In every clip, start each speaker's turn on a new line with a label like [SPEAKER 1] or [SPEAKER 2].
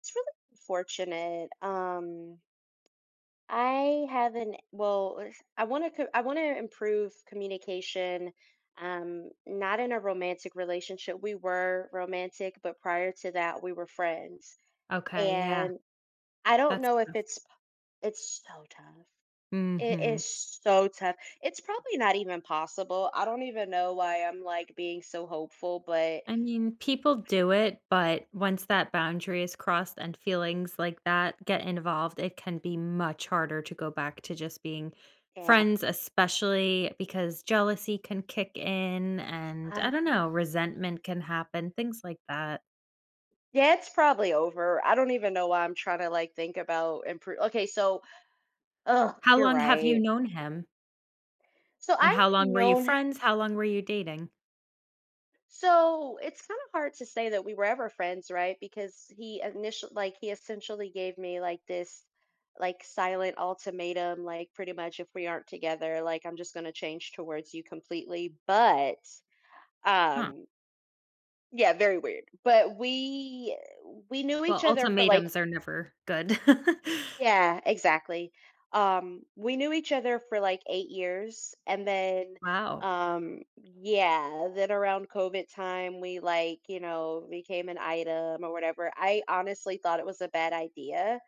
[SPEAKER 1] It's really unfortunate. I haven't. Well, I want to improve communication. Not in a romantic relationship. We were romantic, but prior to that, we were friends.
[SPEAKER 2] Okay, yeah,
[SPEAKER 1] And I don't
[SPEAKER 2] that's
[SPEAKER 1] know if
[SPEAKER 2] tough.
[SPEAKER 1] it's. It's so tough. It
[SPEAKER 2] Mhm.
[SPEAKER 1] is so tough. It's probably not even possible. I don't even know why I'm like being so hopeful, but
[SPEAKER 2] I mean, people do it, but once that boundary is crossed and feelings like that get involved, it can be much harder to go back to just being
[SPEAKER 1] yeah.
[SPEAKER 2] friends, especially because jealousy can kick in and I don't know, resentment can happen, things like that.
[SPEAKER 1] Yeah, it's probably over. I don't even know why I'm trying to like think about improve. Okay, so oh,
[SPEAKER 2] How
[SPEAKER 1] you're
[SPEAKER 2] long have you
[SPEAKER 1] right.
[SPEAKER 2] known him?
[SPEAKER 1] So I
[SPEAKER 2] And how
[SPEAKER 1] had
[SPEAKER 2] long were you
[SPEAKER 1] known.
[SPEAKER 2] friends? How long were you dating?
[SPEAKER 1] So it's kind of hard to say that we were ever friends, right? Because he essentially gave me like this like silent ultimatum, like pretty much if we aren't together, like I'm just gonna change towards you completely. But
[SPEAKER 2] Huh.
[SPEAKER 1] um, yeah, very weird. But we knew
[SPEAKER 2] Well,
[SPEAKER 1] each other for like.
[SPEAKER 2] ultimatums are never good.
[SPEAKER 1] Yeah, exactly. We knew each other for like 8 years, and then,
[SPEAKER 2] Wow.
[SPEAKER 1] um, yeah, then around COVID time, we like, became an item or whatever. I honestly thought it was a bad idea,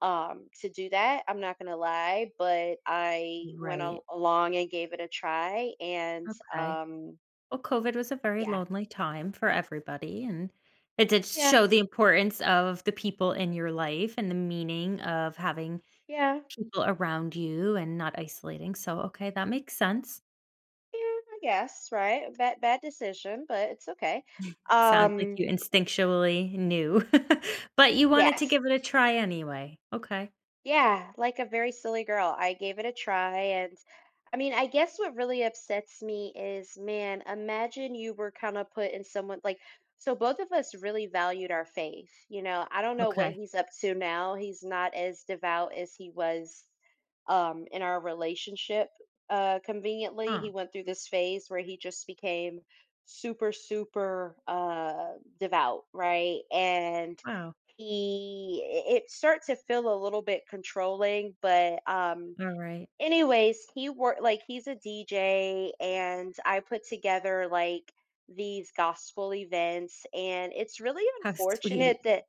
[SPEAKER 1] to do that. I'm not gonna lie, but I went
[SPEAKER 2] Right.
[SPEAKER 1] along and gave it a try, and
[SPEAKER 2] Okay. Well, COVID was a very
[SPEAKER 1] yeah,
[SPEAKER 2] lonely time for everybody, and it did
[SPEAKER 1] yeah,
[SPEAKER 2] show the importance of the people in your life and the meaning of having
[SPEAKER 1] yeah,
[SPEAKER 2] people around you and not isolating. So, okay, that makes sense.
[SPEAKER 1] yeah. I guess right. Bad, bad decision, but it's okay.
[SPEAKER 2] Sounds like you
[SPEAKER 1] Um,
[SPEAKER 2] instinctually knew, but you wanted to
[SPEAKER 1] yes.
[SPEAKER 2] give it a try anyway. Okay.
[SPEAKER 1] Yeah, like a very silly girl. I gave it a try, and I mean, I guess what really upsets me is, man, imagine you were kind of put in someone like so both of us really valued our faith. You know, I don't know what
[SPEAKER 2] Okay.
[SPEAKER 1] he's up to now. He's not as devout as he was in our relationship. Conveniently,
[SPEAKER 2] Oh,
[SPEAKER 1] he went through this phase where he just became super super devout, right? And
[SPEAKER 2] wow.
[SPEAKER 1] he it starts to feel a little bit controlling, but
[SPEAKER 2] All right.
[SPEAKER 1] anyways, he worked like he's a DJ, and I put together like these gospel events, and it's really
[SPEAKER 2] How
[SPEAKER 1] unfortunate
[SPEAKER 2] sweet.
[SPEAKER 1] that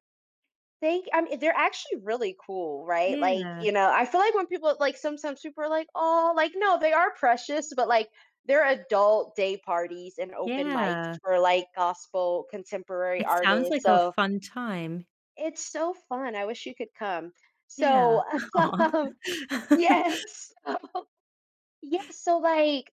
[SPEAKER 1] they I mean, they're actually really cool, right? Like,
[SPEAKER 2] Yeah.
[SPEAKER 1] you know, I feel like when people like sometimes people are like, oh, like, no, they are precious, but like they're adult day parties and open
[SPEAKER 2] Yeah.
[SPEAKER 1] mics for like gospel contemporary
[SPEAKER 2] It sounds
[SPEAKER 1] artists.
[SPEAKER 2] like a
[SPEAKER 1] So
[SPEAKER 2] fun time.
[SPEAKER 1] it's so fun, I wish you could come.
[SPEAKER 2] Yeah.
[SPEAKER 1] So,
[SPEAKER 2] Aw.
[SPEAKER 1] um yes. Yes, so, like,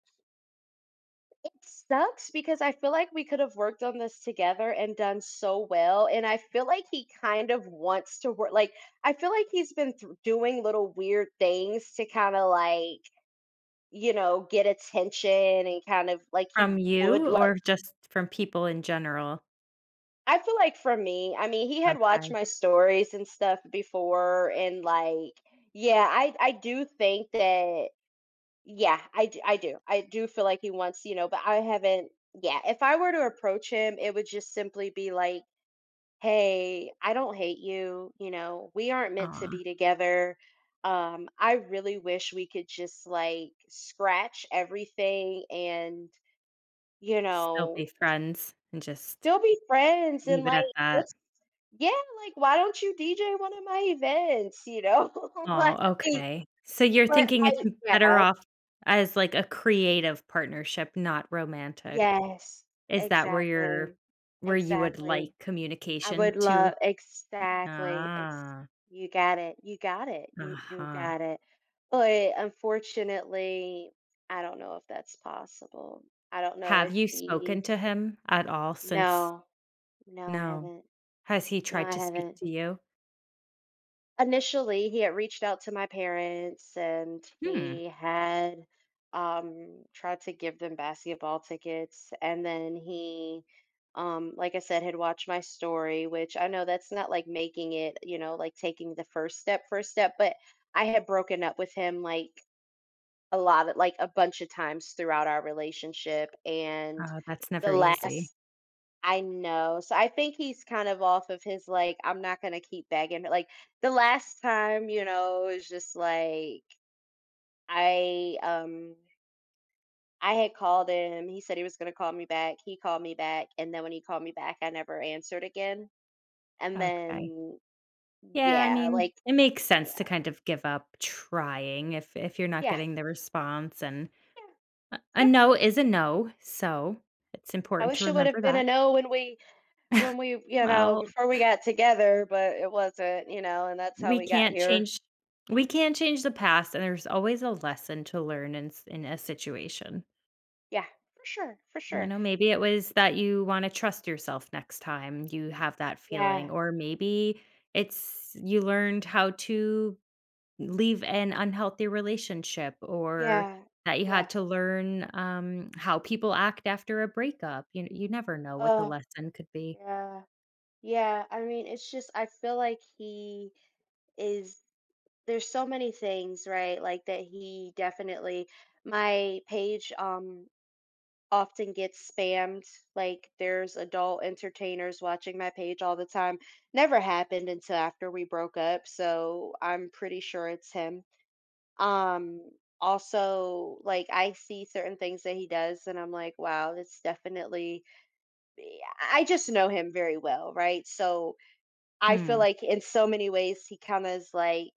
[SPEAKER 1] it sucks because I feel like we could have worked on this together and done so well, and I feel like he kind of wants to work like, I feel like he's been thr doing little weird things to kinda, like, you know, get attention, and kind of like he
[SPEAKER 2] From
[SPEAKER 1] would
[SPEAKER 2] you
[SPEAKER 1] like.
[SPEAKER 2] or just from people in general?
[SPEAKER 1] I feel like for me, I mean, he had watched
[SPEAKER 2] Okay.
[SPEAKER 1] my stories and stuff before, and, like, yeah, I do think that. Yeah, I do. Feel like he wants, you know, but I haven't. Yeah, if I were to approach him, it would just simply be like, "Hey, I don't hate you, you know, we aren't meant to
[SPEAKER 2] Aw,
[SPEAKER 1] be together. I really wish we could just like scratch everything, and, you
[SPEAKER 2] still be
[SPEAKER 1] know,
[SPEAKER 2] friends and just
[SPEAKER 1] still be friends, and
[SPEAKER 2] leave it
[SPEAKER 1] like
[SPEAKER 2] at that.
[SPEAKER 1] let's yeah, like why don't you DJ one of my events, you know?"
[SPEAKER 2] Oh, okay. So you're
[SPEAKER 1] Like
[SPEAKER 2] thinking it's
[SPEAKER 1] but I
[SPEAKER 2] better
[SPEAKER 1] yeah.
[SPEAKER 2] off as, like, a creative partnership, not romantic.
[SPEAKER 1] Yes,
[SPEAKER 2] Is that where you're
[SPEAKER 1] exactly,
[SPEAKER 2] where you would like
[SPEAKER 1] exactly. I
[SPEAKER 2] communication
[SPEAKER 1] would
[SPEAKER 2] to?
[SPEAKER 1] love exactly, ex
[SPEAKER 2] Ah,
[SPEAKER 1] you got it, you got it, you
[SPEAKER 2] uh-huh.
[SPEAKER 1] got it. But unfortunately, I don't know if that's possible. I don't know
[SPEAKER 2] Have
[SPEAKER 1] if
[SPEAKER 2] you spoken
[SPEAKER 1] E
[SPEAKER 2] to him at all since?
[SPEAKER 1] no, no, I
[SPEAKER 2] No.
[SPEAKER 1] haven't.
[SPEAKER 2] Has he
[SPEAKER 1] No,
[SPEAKER 2] tried
[SPEAKER 1] I
[SPEAKER 2] to speak
[SPEAKER 1] haven't.
[SPEAKER 2] to you?
[SPEAKER 1] Initially, he had reached out to my parents, and
[SPEAKER 2] Hmm.
[SPEAKER 1] he had tried to give them basketball tickets, and then he like I said had watched my story, which I know that's not like making it, you know, like taking the first step, but I had broken up with him like a lot of like a bunch of times throughout our relationship, and
[SPEAKER 2] Oh, that's
[SPEAKER 1] the
[SPEAKER 2] never easy.
[SPEAKER 1] last. I know. So I think he's kind of off of his like, I'm not gonna keep begging. Like the last time, you know, it was just like I um I had called him. He said he was gonna call me back. He called me back, and then when he called me back, I never answered again. And
[SPEAKER 2] Okay.
[SPEAKER 1] then
[SPEAKER 2] Yeah, I
[SPEAKER 1] yeah,
[SPEAKER 2] mean,
[SPEAKER 1] like
[SPEAKER 2] it makes sense
[SPEAKER 1] yeah,
[SPEAKER 2] to kind of give up trying if you're not
[SPEAKER 1] yeah,
[SPEAKER 2] getting the response, and
[SPEAKER 1] yeah,
[SPEAKER 2] a
[SPEAKER 1] yeah.
[SPEAKER 2] no is a no, so it's
[SPEAKER 1] I
[SPEAKER 2] important to
[SPEAKER 1] wish it would
[SPEAKER 2] remember
[SPEAKER 1] have been
[SPEAKER 2] that.
[SPEAKER 1] a no when we you know
[SPEAKER 2] Well,
[SPEAKER 1] before we got together, but it wasn't. You know, and that's how
[SPEAKER 2] we
[SPEAKER 1] we got
[SPEAKER 2] can't
[SPEAKER 1] here.
[SPEAKER 2] change we can't change the past, and there's always a lesson to learn in s in a situation.
[SPEAKER 1] Yeah, for sure, for
[SPEAKER 2] You
[SPEAKER 1] sure.
[SPEAKER 2] know, maybe it was that you wanna trust yourself next time you have that feeling,
[SPEAKER 1] Yeah.
[SPEAKER 2] or maybe it's you learned how to leave an unhealthy relationship or
[SPEAKER 1] Yeah,
[SPEAKER 2] that you
[SPEAKER 1] yeah.
[SPEAKER 2] had to learn, how people act after a breakup. You never know what the
[SPEAKER 1] Oh,
[SPEAKER 2] lesson could be.
[SPEAKER 1] yeah. Yeah, I mean, it's just I feel like he is there's so many things, right? Like that he definitely my page often gets spammed. Like there's adult entertainers watching my page all the time. Never happened until after we broke up, so I'm pretty sure it's him. Um Also, like I see certain things that he does, and I'm like, wow, that's definitely eh, I just know him very well, right? So I feel
[SPEAKER 2] Hmm,
[SPEAKER 1] like in so many ways he kind of is like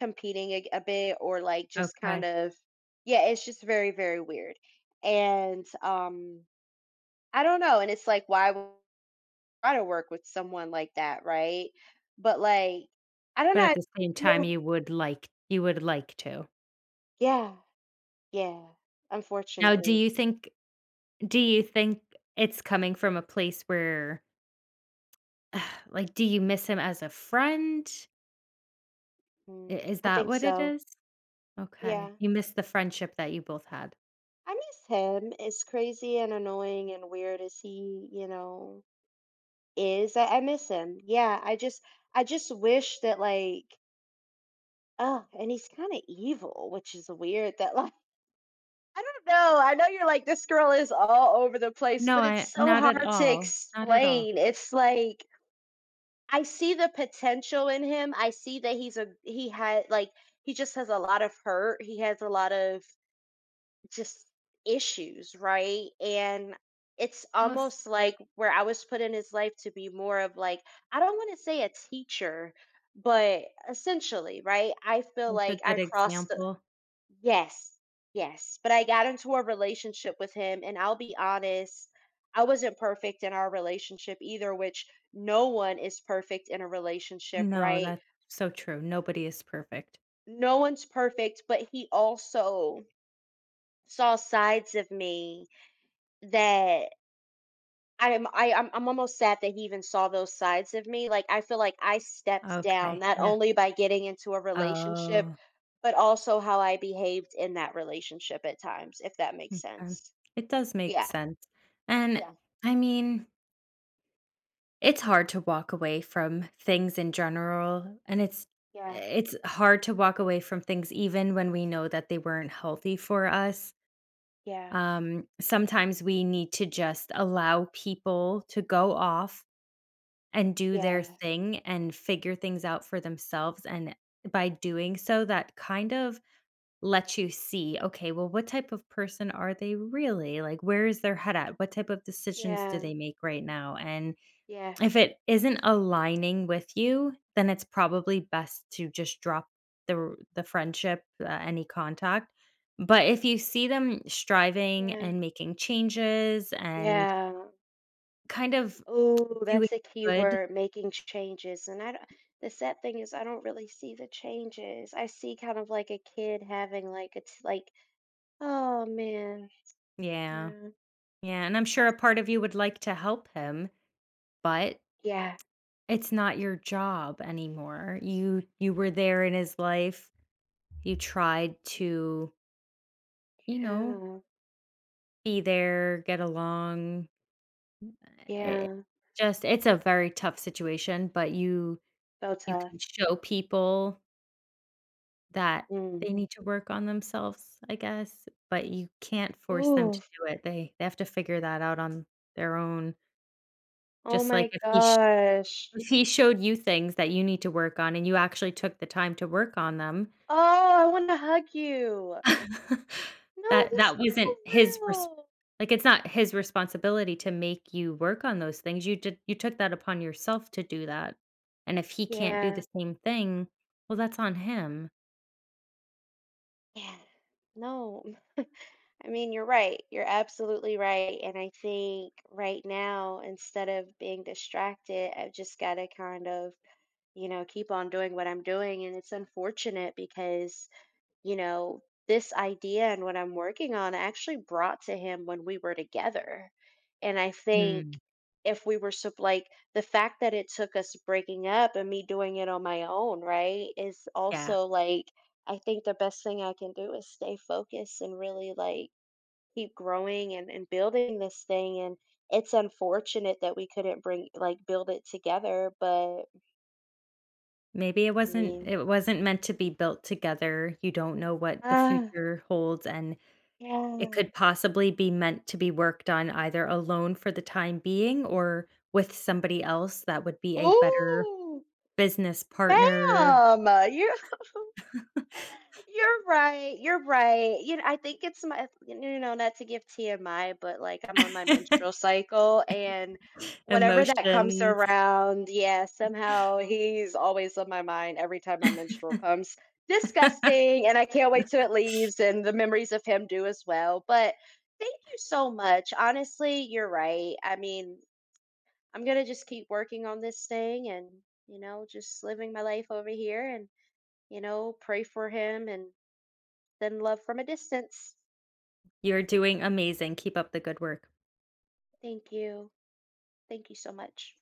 [SPEAKER 1] competing a bit, or like just kind
[SPEAKER 2] okay.
[SPEAKER 1] of yeah, it's just very very weird. And I don't know, and it's like why would I try to work with someone like that, right? But like I don't
[SPEAKER 2] But
[SPEAKER 1] know.
[SPEAKER 2] at
[SPEAKER 1] I
[SPEAKER 2] the same time,
[SPEAKER 1] feel-
[SPEAKER 2] you would like to.
[SPEAKER 1] Yeah. Yeah.
[SPEAKER 2] Now,
[SPEAKER 1] Unfortunately.
[SPEAKER 2] do you think it's coming from a place where like, do you miss him as a friend? I
[SPEAKER 1] Mm,
[SPEAKER 2] is
[SPEAKER 1] I
[SPEAKER 2] that
[SPEAKER 1] think
[SPEAKER 2] what it
[SPEAKER 1] so.
[SPEAKER 2] is?
[SPEAKER 1] Yeah.
[SPEAKER 2] Okay. You miss the friendship that you both had.
[SPEAKER 1] I miss him. As crazy and annoying and weird as he, you know, is. I miss him. Yeah, I just wish that like oh, and he's kind of evil, which is weird that like I don't know. I know you're like this girl is all over the place,
[SPEAKER 2] No,
[SPEAKER 1] but it's
[SPEAKER 2] I
[SPEAKER 1] so
[SPEAKER 2] not at
[SPEAKER 1] hard to
[SPEAKER 2] all, not at all.
[SPEAKER 1] explain. It's like I see the potential in him. I see that he had like he just has a lot of hurt. He has a lot of just issues, right? And it's
[SPEAKER 2] Well,
[SPEAKER 1] almost like where I was put in his life to be more of like, I don't want to say a teacher, but essentially, right? I feel
[SPEAKER 2] like a
[SPEAKER 1] like
[SPEAKER 2] good
[SPEAKER 1] I crossed the,
[SPEAKER 2] example.
[SPEAKER 1] yes, yes. But I got into a relationship with him, and I'll be honest, I wasn't perfect in our relationship either, which no one is perfect in a relationship,
[SPEAKER 2] No,
[SPEAKER 1] right?
[SPEAKER 2] that's so true. Nobody is perfect.
[SPEAKER 1] No one's perfect, but he also saw sides of me that I'm I I'm almost sad that he even saw those sides of me. Like I feel like I stepped down
[SPEAKER 2] Okay,
[SPEAKER 1] not
[SPEAKER 2] yeah.
[SPEAKER 1] only by getting into a relationship,
[SPEAKER 2] Oh,
[SPEAKER 1] but also how I behaved in that relationship at times, if that makes
[SPEAKER 2] okay.
[SPEAKER 1] sense.
[SPEAKER 2] It does make
[SPEAKER 1] Yeah.
[SPEAKER 2] sense. And
[SPEAKER 1] Yeah.
[SPEAKER 2] I mean, it's hard to walk away from things in general, and
[SPEAKER 1] Yeah.
[SPEAKER 2] it's hard to walk away from things even when we know that they weren't healthy for us.
[SPEAKER 1] Yeah.
[SPEAKER 2] Sometimes we need to just allow people to go off and do their
[SPEAKER 1] Yeah.
[SPEAKER 2] thing and figure things out for themselves, and by doing so, that kind of lets you see, "Okay, well, what type of person are they really? Like, where is their head at? What type of decisions do
[SPEAKER 1] Yeah.
[SPEAKER 2] they make right now?" And
[SPEAKER 1] Yeah.
[SPEAKER 2] if it isn't aligning with you, then it's probably best to just drop the friendship, any contact. But if you see them striving
[SPEAKER 1] Yeah.
[SPEAKER 2] and making changes and
[SPEAKER 1] Yeah.
[SPEAKER 2] kind of
[SPEAKER 1] Ooh,
[SPEAKER 2] doing
[SPEAKER 1] that's a key
[SPEAKER 2] good.
[SPEAKER 1] word, making changes. And I don't, the sad thing is I don't really see the changes. I see kind of like a kid having like it's like, oh man.
[SPEAKER 2] Yeah.
[SPEAKER 1] Yeah.
[SPEAKER 2] Yeah, and I'm sure a
[SPEAKER 1] That's
[SPEAKER 2] part of you would like to help him, but
[SPEAKER 1] yeah,
[SPEAKER 2] it's not your job anymore. You were there in his life. You tried to, you know,
[SPEAKER 1] yeah,
[SPEAKER 2] be there, get along. It,
[SPEAKER 1] yeah.
[SPEAKER 2] just it's a very tough situation, but
[SPEAKER 1] So
[SPEAKER 2] you
[SPEAKER 1] tough.
[SPEAKER 2] can show people that
[SPEAKER 1] Mm.
[SPEAKER 2] they need to work on themselves, I guess, but you can't force them to
[SPEAKER 1] Ooh,
[SPEAKER 2] do it. They have to figure that out on their own.
[SPEAKER 1] oh
[SPEAKER 2] Just like
[SPEAKER 1] my
[SPEAKER 2] if he sh-
[SPEAKER 1] gosh.
[SPEAKER 2] If he showed you things that you need to work on and you actually took the time to work on them,
[SPEAKER 1] Oh, I want to hug you. No, this
[SPEAKER 2] that
[SPEAKER 1] is
[SPEAKER 2] wasn't
[SPEAKER 1] for
[SPEAKER 2] his res
[SPEAKER 1] real.
[SPEAKER 2] like, it's not his responsibility to make you work on those things. You took that upon yourself to do that, and if he can't do the
[SPEAKER 1] Yeah,
[SPEAKER 2] same thing, well, that's on him.
[SPEAKER 1] yeah. No, I mean, you're right. You're absolutely right. And I think right now, instead of being distracted, I've just got to kind of, you know, keep on doing what I'm doing. And it's unfortunate because you know, this idea and what I'm working on I actually brought to him when we were together. And I think
[SPEAKER 2] Mm.
[SPEAKER 1] if we were so like the fact that it took us breaking up and me doing it on my own, right, is
[SPEAKER 2] Yeah,
[SPEAKER 1] also like I think the best thing I can do is stay focused and really like keep growing, and building this thing. And it's unfortunate that we couldn't bring like build it together, but
[SPEAKER 2] maybe
[SPEAKER 1] I mean,
[SPEAKER 2] it wasn't meant to be built together. You don't know what the
[SPEAKER 1] ah,
[SPEAKER 2] future holds, and it
[SPEAKER 1] yeah.
[SPEAKER 2] could possibly be meant to be worked on either alone for the time being or with somebody else that would be a better
[SPEAKER 1] Ooh.
[SPEAKER 2] business partner,
[SPEAKER 1] Ma'am, you're right. You're right. You know, I think it's my you know, not to give TMI, but like I'm on my menstrual cycle, and whenever that comes
[SPEAKER 2] emotions.
[SPEAKER 1] around, yeah, somehow he's always on my mind every time my menstrual comes. Disgusting, and I can't wait till it leaves and the memories of him do as well. But thank you so much. Honestly, you're right. I mean, I'm going to just keep working on this thing, and you know, just living my life over here, and you know, pray for him, and then love from a distance.
[SPEAKER 2] You're doing amazing. Keep up the good work.
[SPEAKER 1] Thank you. Thank you so much.